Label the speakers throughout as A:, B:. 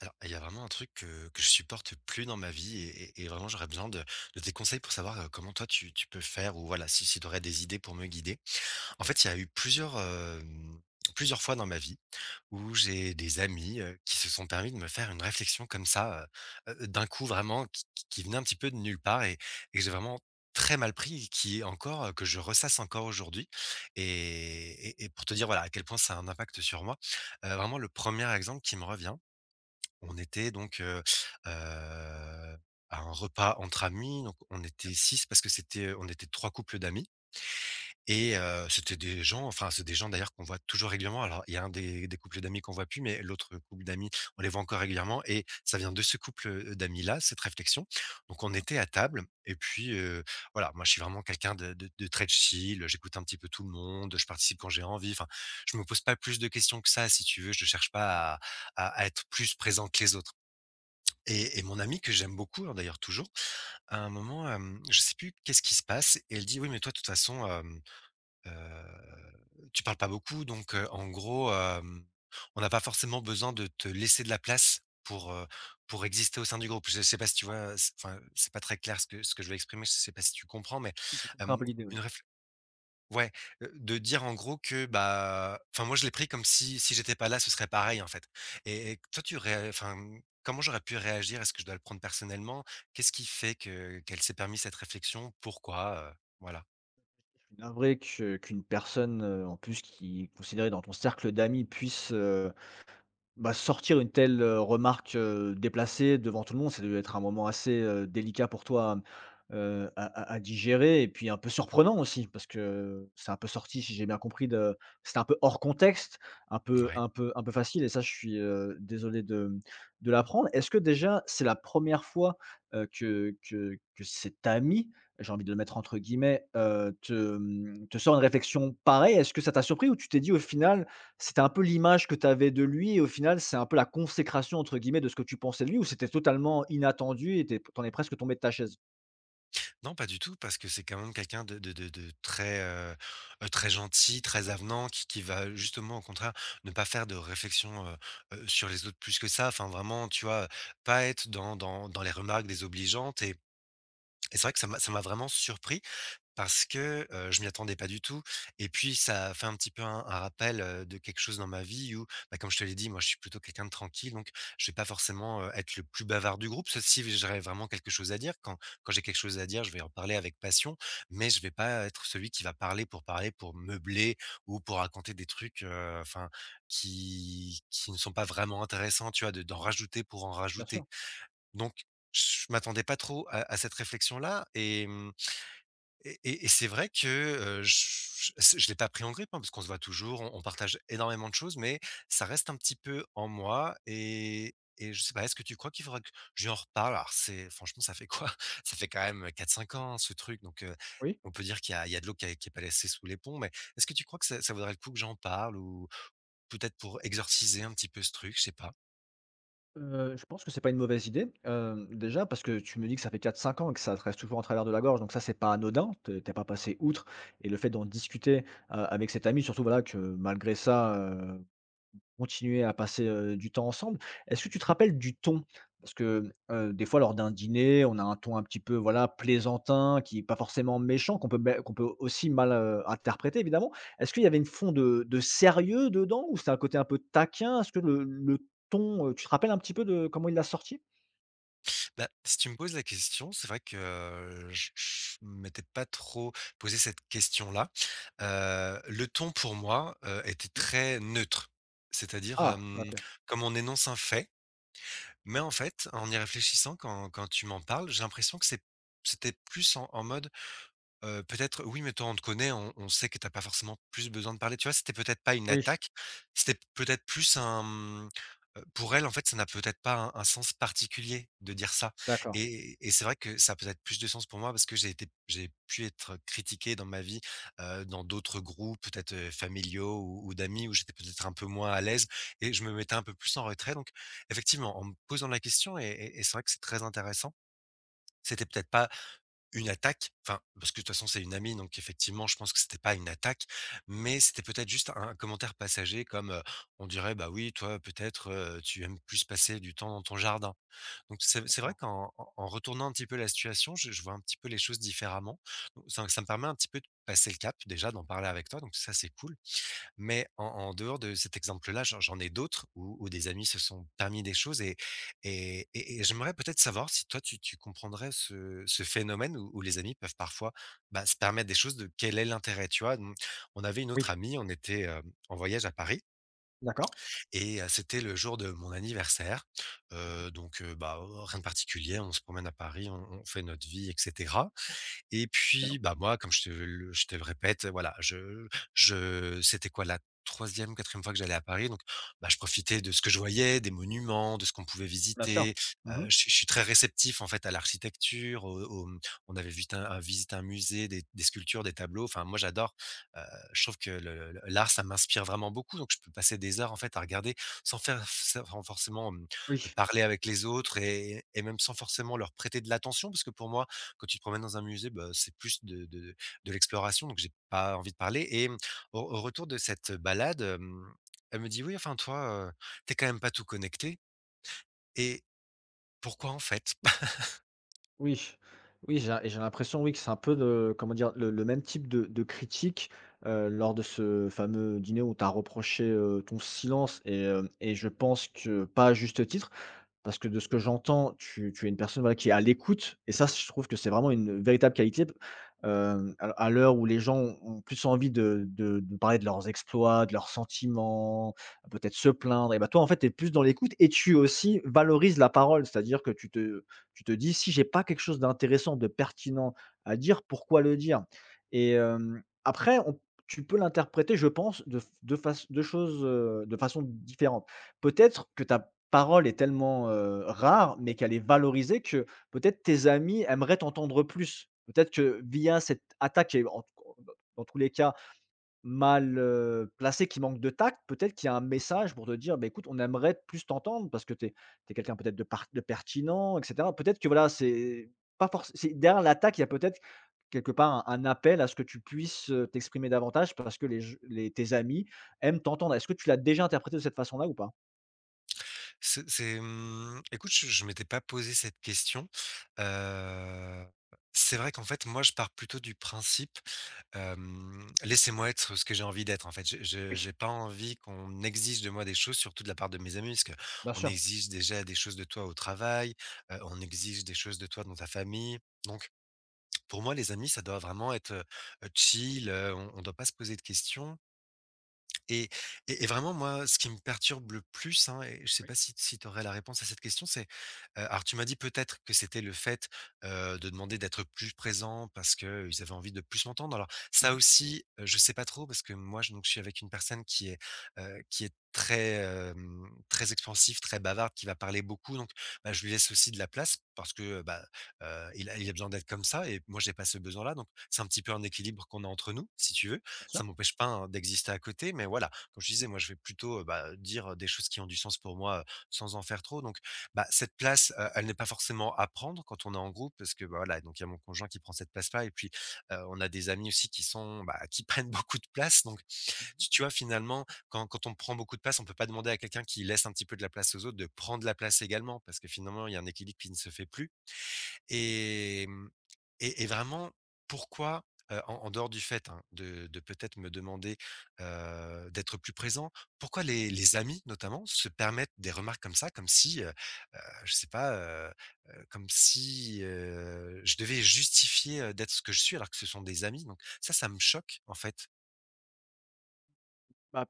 A: Alors, il y a vraiment un truc que je supporte plus dans ma vie et vraiment j'aurais besoin de tes conseils pour savoir comment toi tu peux faire ou voilà, si tu aurais des idées pour me guider. En fait, il y a eu plusieurs fois dans ma vie où j'ai des amis qui se sont permis de me faire une réflexion comme ça, d'un coup vraiment, qui venait un petit peu de nulle part et que j'ai vraiment très mal pris, et qui est encore, que je ressasse encore aujourd'hui. Et pour te dire voilà à quel point ça a un impact sur moi, vraiment le premier exemple qui me revient. On était donc, heu, à un repas entre amis, donc on était
B: OK,
A: 6 parce que c'était, on était 3 couples d'amis et c'était des gens enfin, c'est des gens d'ailleurs qu'on voit toujours régulièrement. Alors il y a un des couples d'amis qu'on voit plus, mais l'autre couple d'amis, on les voit encore régulièrement et ça vient de ce couple, d'amis-là, cette réflexion. Donc on
B: d'accord.
A: était à table et puis, voilà, moi je suis vraiment quelqu'un de très chill, j'écoute un petit peu tout le monde, je participe quand j'ai envie, enfin, je me pose pas plus de questions que ça si tu veux, je cherche pas à être plus présent que les autres. Et mon amie que j'aime beaucoup, hein, d'ailleurs toujours, à un moment, je sais plus qu'est-ce qui se passe et elle dit: «Oui mais toi de toute façon, tu parles pas beaucoup donc en gros, on n'a pas forcément besoin de te laisser de la place pour exister au sein du groupe». Je sais pas si tu vois? C'est pas très clair ce que je veux exprimer, je sais pas si tu comprends mais
B: J'ai compris un
A: hem,
B: peu l'idée,
A: une
B: ouais.
A: Ouais, de dire en gros que, bah, enfin moi je l'ai pris comme si j'étais pas là, ce serait pareil en fait et toi tu ré enfin, mmh, comment j'aurais pu réagir? Est-ce que je dois le prendre personnellement? Qu'est-ce qui fait que qu'elle s'est permis cette réflexion? Pourquoi? Voilà.
B: Je suis navré que qu'une personne, en plus qui est considérée dans ton cercle d'amis puisse, bah, sortir une telle, remarque, déplacée devant tout le monde. Ça devait être un moment assez, délicat pour toi, à digérer, et puis un peu surprenant aussi parce que c'est un peu sorti, si j'ai bien compris, de c'était un peu hors contexte, un peu
A: Ouais.
B: un peu un peu facile. Et ça je suis, désolé de l'apprendre. Est-ce que déjà c'est la première fois, que cet ami, j'ai envie de le mettre entre guillemets, te sort une réflexion pareille? Est-ce que ça t'a surpris ou tu t'es dit au final: c'était un peu l'image que tu avais de lui et au final, c'est un peu la «consécration» entre guillemets de ce que tu pensais de lui, ou c'était totalement inattendu et tu es presque tombé de ta chaise?
A: Non, pas du tout parce que c'est quand même quelqu'un de très, très gentil, très avenant qui va justement au contraire ne pas faire de réflexion, sur les autres plus que ça. Enfin vraiment, tu vois, pas être dans dans les remarques désobligeantes et c'est vrai que ça m'a vraiment surpris. Parce que, je m'y attendais pas du tout et puis ça fait un petit peu un rappel, de quelque chose dans ma vie où, bah, comme je te l'ai dit, moi je suis plutôt quelqu'un de tranquille donc je vais pas forcément, être le plus bavard du groupe. Sauf si j'aurais vraiment quelque chose à dire. Quand j'ai quelque chose à dire, je vais en parler avec passion, mais je vais pas être celui qui va parler, pour meubler ou pour raconter des trucs, enfin qui ne sont pas vraiment intéressants, tu vois? De D'en rajouter pour en
B: Bien
A: rajouter.
B: sûr,
A: Donc je m'attendais pas trop à cette réflexion-là et et c'est vrai que, je l'ai pas pris en grippe, hein, parce qu'on se voit toujours, on partage énormément de choses, mais ça reste un petit peu en moi et je sais pas, est-ce que tu crois qu'il faudra que je lui en reparle? Alors c'est franchement, ça fait quoi? Ça fait quand même quatre cinq ans, ce truc, donc
B: oui.
A: on peut dire qu'il y a il y a de l'eau qui est pas laissée sous les ponts, mais est-ce que tu crois que ça vaudrait le coup que j'en parle ou peut-être pour exorciser un petit peu ce truc? Je sais pas.
B: Je pense que c'est pas une mauvaise idée, déjà parce que tu me dis que ça fait quatre cinq ans et que ça te reste toujours en travers de la gorge, donc ça, c'est pas anodin. T'es es pas passé outre, et le fait d'en discuter, avec cet ami, surtout voilà que malgré ça, continuer à passer, du temps ensemble. Est-ce que tu te rappelles du ton? Parce que, des fois lors d'un dîner, on a un ton un petit peu, voilà, plaisantin, qui est pas forcément méchant, qu'on peut aussi mal, interpréter évidemment. Est-ce qu'il y avait une fond de sérieux dedans, ou c'était un côté un peu taquin? Est-ce que le ton, tu te rappelles un petit peu de comment il l'a sorti?
A: Bah, si tu me poses la question, c'est vrai que, je m'étais pas trop posé cette question-là. Le ton pour moi, était
B: Oui.
A: très neutre. C'est-à-dire,
B: Ah, OK.
A: comme on énonce un fait, mais en fait, en y réfléchissant, quand tu m'en parles, j'ai l'impression que c'était plus en mode. Peut-être oui, mais toi, on te connaît, on sait que t'as pas forcément plus besoin de parler, tu vois? C'était peut-être pas une
B: Oui,
A: attaque, c'était peut-être plus un, mmh, pour elle, en fait, ça n'a peut-être pas un sens particulier de dire ça
B: d'accord,
A: et c'est vrai que ça a peut-être plus de sens pour moi parce que j'ai pu être critiqué dans ma vie, dans d'autres groupes, peut-être, familiaux ou d'amis où j'étais peut-être un peu moins à l'aise et je me mettais un peu plus en retrait donc effectivement, en me posant la question et et c'est vrai que c'est très intéressant, c'était peut-être pas, une attaque, enfin, parce que de toute façon, c'est une amie, donc effectivement, je pense que c'était pas une attaque, mais c'était peut-être juste un commentaire passager comme, on dirait: «Bah oui, toi, peut-être, tu aimes plus passer du temps dans ton jardin». Donc c'est vrai
B: d'accord.
A: qu'en en retournant un petit peu la situation, je vois un petit peu les choses différemment. Donc ça me permet un petit peu de passer le cap déjà, d'en parler avec toi, donc ça, c'est cool. Mais en dehors de cet exemple-là, j'en ai d'autres où des amis se sont permis des choses et j'aimerais peut-être savoir si toi tu comprendrais ce phénomène où les amis peuvent parfois, bah, se permettre des choses de quel est l'intérêt, tu vois? Mmh, on avait une autre
B: Oui.
A: amie, on était, en voyage à Paris
B: D'accord.
A: et c'était le jour de mon anniversaire,
B: Mmh.
A: bah, rien de particulier, on se promène à Paris, on fait notre vie etc. Et
B: Bien.
A: puis, bah, moi, comme je te le répète, voilà, je c'était quoi? La troisième quatrième fois que j'allais à Paris, donc bah, je profitais de ce que je voyais, des monuments, de ce qu'on pouvait
B: Bien sûr.
A: visiter.
B: Mmh.
A: Je suis très réceptif, en fait, à l'architecture, au mmh, on avait vite un visité un musée, des sculptures, des tableaux. Enfin, moi, j'adore, heu, je trouve que le l'art, ça m'inspire vraiment beaucoup, donc je peux passer des heures, en fait, à regarder sans faire sans forcément, mmh,
B: Oui.
A: parler avec les autres et même sans forcément leur prêter de l'attention. Parce que pour moi, quand tu te promènes dans un musée, bah, c'est plus de l'exploration, donc j'ai pas envie de parler et mmh, au retour de cette balade, elle me dit: «Oui, enfin toi, tu quand même pas tout connecté et pourquoi en fait ?»
B: Oui, oui, j'ai l'impression, oui, que c'est un peu de, comment dire, le même type de critique lors de ce fameux dîner où tu as reproché ton silence, et je pense que, pas à juste titre, parce que de ce que j'entends, tu es une personne, voilà, qui est à l'écoute, et ça, je trouve que c'est vraiment une véritable qualité. P À l'heure où les gens ont plus envie de parler de leurs exploits, de leurs sentiments, peut-être se plaindre, et bah, toi, en fait, tu es plus dans l'écoute et tu aussi valorises la parole. C'est-à-dire que tu te dis: «Si j'ai pas quelque chose d'intéressant, de pertinent à dire, pourquoi le dire?» Et après on tu peux l'interpréter, je pense, de f de faç de choses, de façon différente. Peut-être que tu parole est tellement, rare, mais qu'elle est valorisée, que peut-être tes amis aimeraient t'entendre plus. Peut-être que via cette attaque qui est en dans tous les cas mal, placée, qui manque de tact, peut-être qu'il y a un message pour te dire: «Beh, écoute, on aimerait plus t'entendre parce que tu es quelqu'un peut-être de pertinent, et cetera». Peut-être que voilà, c'est pas forcément derrière l'attaque, il y a peut-être quelque part un appel à ce que tu puisses, t'exprimer davantage parce que les je les tes amis aiment t'entendre. Est-ce que tu l'as déjà interprété de cette façon-là, ou pas?
A: C'est, mmh, écoute, je m'étais pas posé cette question. Heu, c'est vrai qu'en fait, moi, je pars plutôt du principe, laissez-moi être ce que j'ai envie d'être, en fait. J'ai je
B: Oui.
A: j'ai pas envie qu'on exige de moi des choses, surtout de la part de mes amis, parce que
B: Bien
A: on
B: sûr.
A: exige déjà des choses de toi au travail, on exige des choses de toi dans ta famille. Donc pour moi, les amis, ça doit vraiment être, chill, on ne doit pas se poser de questions. Et vraiment moi, ce qui me perturbe le plus, hein, et je sais pas si tu aurais la réponse à cette question, c'est, alors tu m'as dit peut-être que c'était le fait, de demander d'être plus présent parce qu'ils avaient envie de plus m'entendre. Alors ça
B: Mmh.
A: aussi, je sais pas trop parce que moi je donc je suis avec une personne qui est très, très expansive, très bavarde, qui va parler beaucoup donc bah, je lui laisse aussi de la place parce que, bah, il a besoin d'être comme ça et moi j'ai pas ce besoin-là donc c'est un petit peu un équilibre qu'on a entre nous, si tu veux.
B: Bien
A: Ça
B: sûr.
A: m'empêche pas, hein, d'exister à côté, mais voilà, comme je disais, moi, je vais plutôt, bah, dire, des choses qui ont du sens pour moi, sans en faire trop, donc bah, cette place, elle n'est pas forcément à prendre quand on est en groupe parce que, bah, voilà, donc il y a mon conjoint qui prend cette place-là et puis, on a des amis aussi qui sont, bah, qui prennent beaucoup de place, donc tu vois, finalement, quand quand on prend beaucoup de place, on peut pas demander à quelqu'un qui laisse un petit peu de la place aux autres de prendre la place également parce que finalement, il y a un équilibre qui ne se fait plus et mmh vraiment, pourquoi, en dehors du fait, hein, de peut-être me demander, d'être plus présent, pourquoi les amis, notamment, se permettent des remarques comme ça, comme si, heu, je sais pas, comme si, je devais justifier, d'être ce que je suis alors que ce sont des amis, donc ça me choque, en fait.
B: Bah,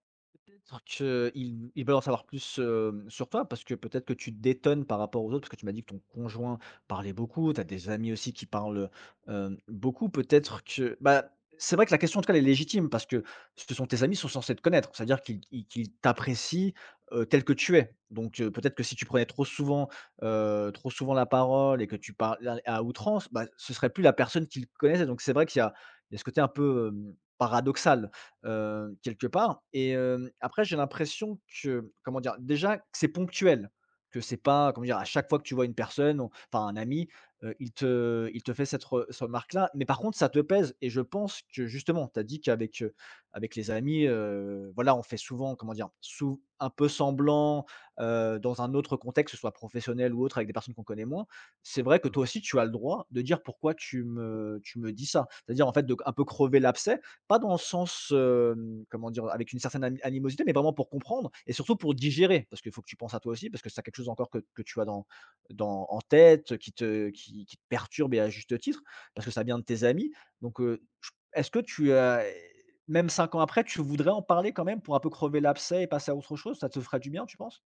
B: peut-être qu'ils ils veulent en savoir plus, sur toi, parce que peut-être que tu détonnes par rapport aux autres, parce que tu m'as dit que ton conjoint parlait beaucoup, tu as des amis aussi qui parlent, beaucoup. Peut-être que bah, c'est vrai que la question, en tout cas, elle est légitime, parce que ce sont tes amis, ils sont censés te connaître. C'est-à-dire qu'ils t'apprécient, tel que tu es. Donc peut-être que si tu prenais trop souvent la parole et que tu parles à outrance, bah, ce serait plus la personne qu'ils connaissaient. Donc c'est vrai qu'il y a ce côté un peu, paradoxal. Quelque part, et après j'ai l'impression que, comment dire? Déjà que c'est ponctuel, que c'est pas, comment dire? À chaque fois que tu vois une personne, on enfin un ami, il te fait cette remarque-là, mais par contre ça te pèse, et je pense que justement, tu as dit qu'avec, avec les amis, voilà, on fait souvent, comment dire, sous un peu semblant, dans un autre contexte, que ce soit professionnel ou autre, avec des personnes qu'on connaît moins. C'est vrai que toi
A: Mmh.
B: aussi tu as le droit de dire: «Pourquoi tu me dis ça?» C'est-à-dire en fait de un peu crever l'abcès, pas dans le sens, comment dire? Avec une certaine animosité, mais vraiment pour comprendre et surtout pour digérer. Parce qu'il faut que tu penses à toi aussi, parce que c'est quelque chose encore que tu as dans dans en tête, qui te perturbe, et à juste titre, parce que ça vient de tes amis. Donc, j est-ce que tu as, même 5 ans après, tu voudrais en parler quand même pour un peu crever l'abcès et passer à autre chose? Ça te ferait du bien, tu penses?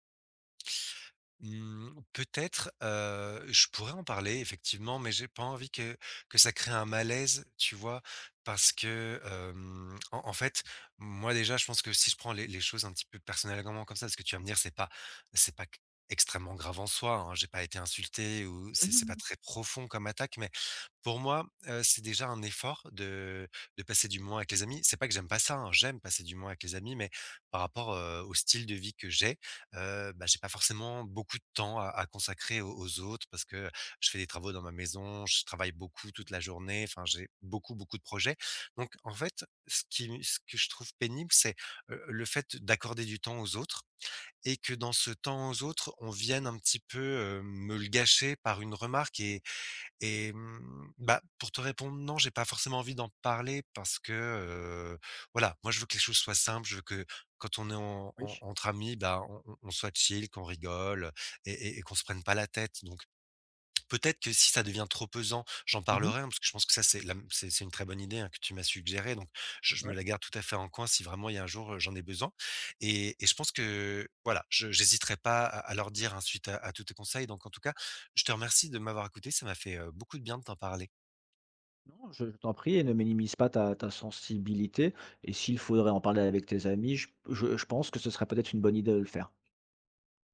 A: Mmh, peut-être, je pourrais en parler effectivement, mais j'ai pas envie que ça crée un malaise, tu vois? Parce que, en fait, moi déjà, je pense que si je prends les choses un petit peu personnellement comme ça, parce que tu vas me dire: C'est pas extrêmement grave en soi, hein, j'ai pas été insulté» ou
B: Mmh mh,
A: C'est pas
B: mmh.
A: très profond comme attaque» mais pour moi, c'est déjà un effort de passer du moment avec les amis. C'est pas que j'aime pas ça, hein, j'aime passer du moment avec les amis, mais par rapport, au style de vie que j'ai, bah, j'ai pas forcément beaucoup de temps à consacrer aux autres parce que je fais des travaux dans ma maison, je travaille beaucoup toute la journée, enfin, j'ai beaucoup, beaucoup de projets. Donc en fait, ce que je trouve pénible, c'est, le fait d'accorder du temps aux autres et que dans ce temps aux autres, on vienne un petit peu, me le gâcher par une remarque et bah, pour te répondre, non, j'ai pas forcément envie d'en parler parce que, voilà, moi je veux que les choses soient simples, je veux que quand on est en
B: Oui,
A: entre amis, bah, on soit chill, qu'on rigole et qu'on se prenne pas la tête. Donc peut-être que si ça devient trop pesant, j'en parlerai, hein, parce que je pense que ça, c'est la c'est une très bonne idée, hein, que tu m'as suggérée, donc je me
B: ouais.
A: la garde tout à fait en coin si vraiment il y a un jour, j'en ai besoin et je pense que, voilà, je j'hésiterai pas à leur dire, hein, suite à tous tes conseils, donc en tout cas, je te remercie de m'avoir écouté, ça m'a fait, beaucoup de bien de t'en parler.
B: Non, je t'en prie, et ne minimise pas ta sensibilité, et s'il faudrait en parler avec tes amis, je p je pense que ce serait peut-être une bonne idée de le faire.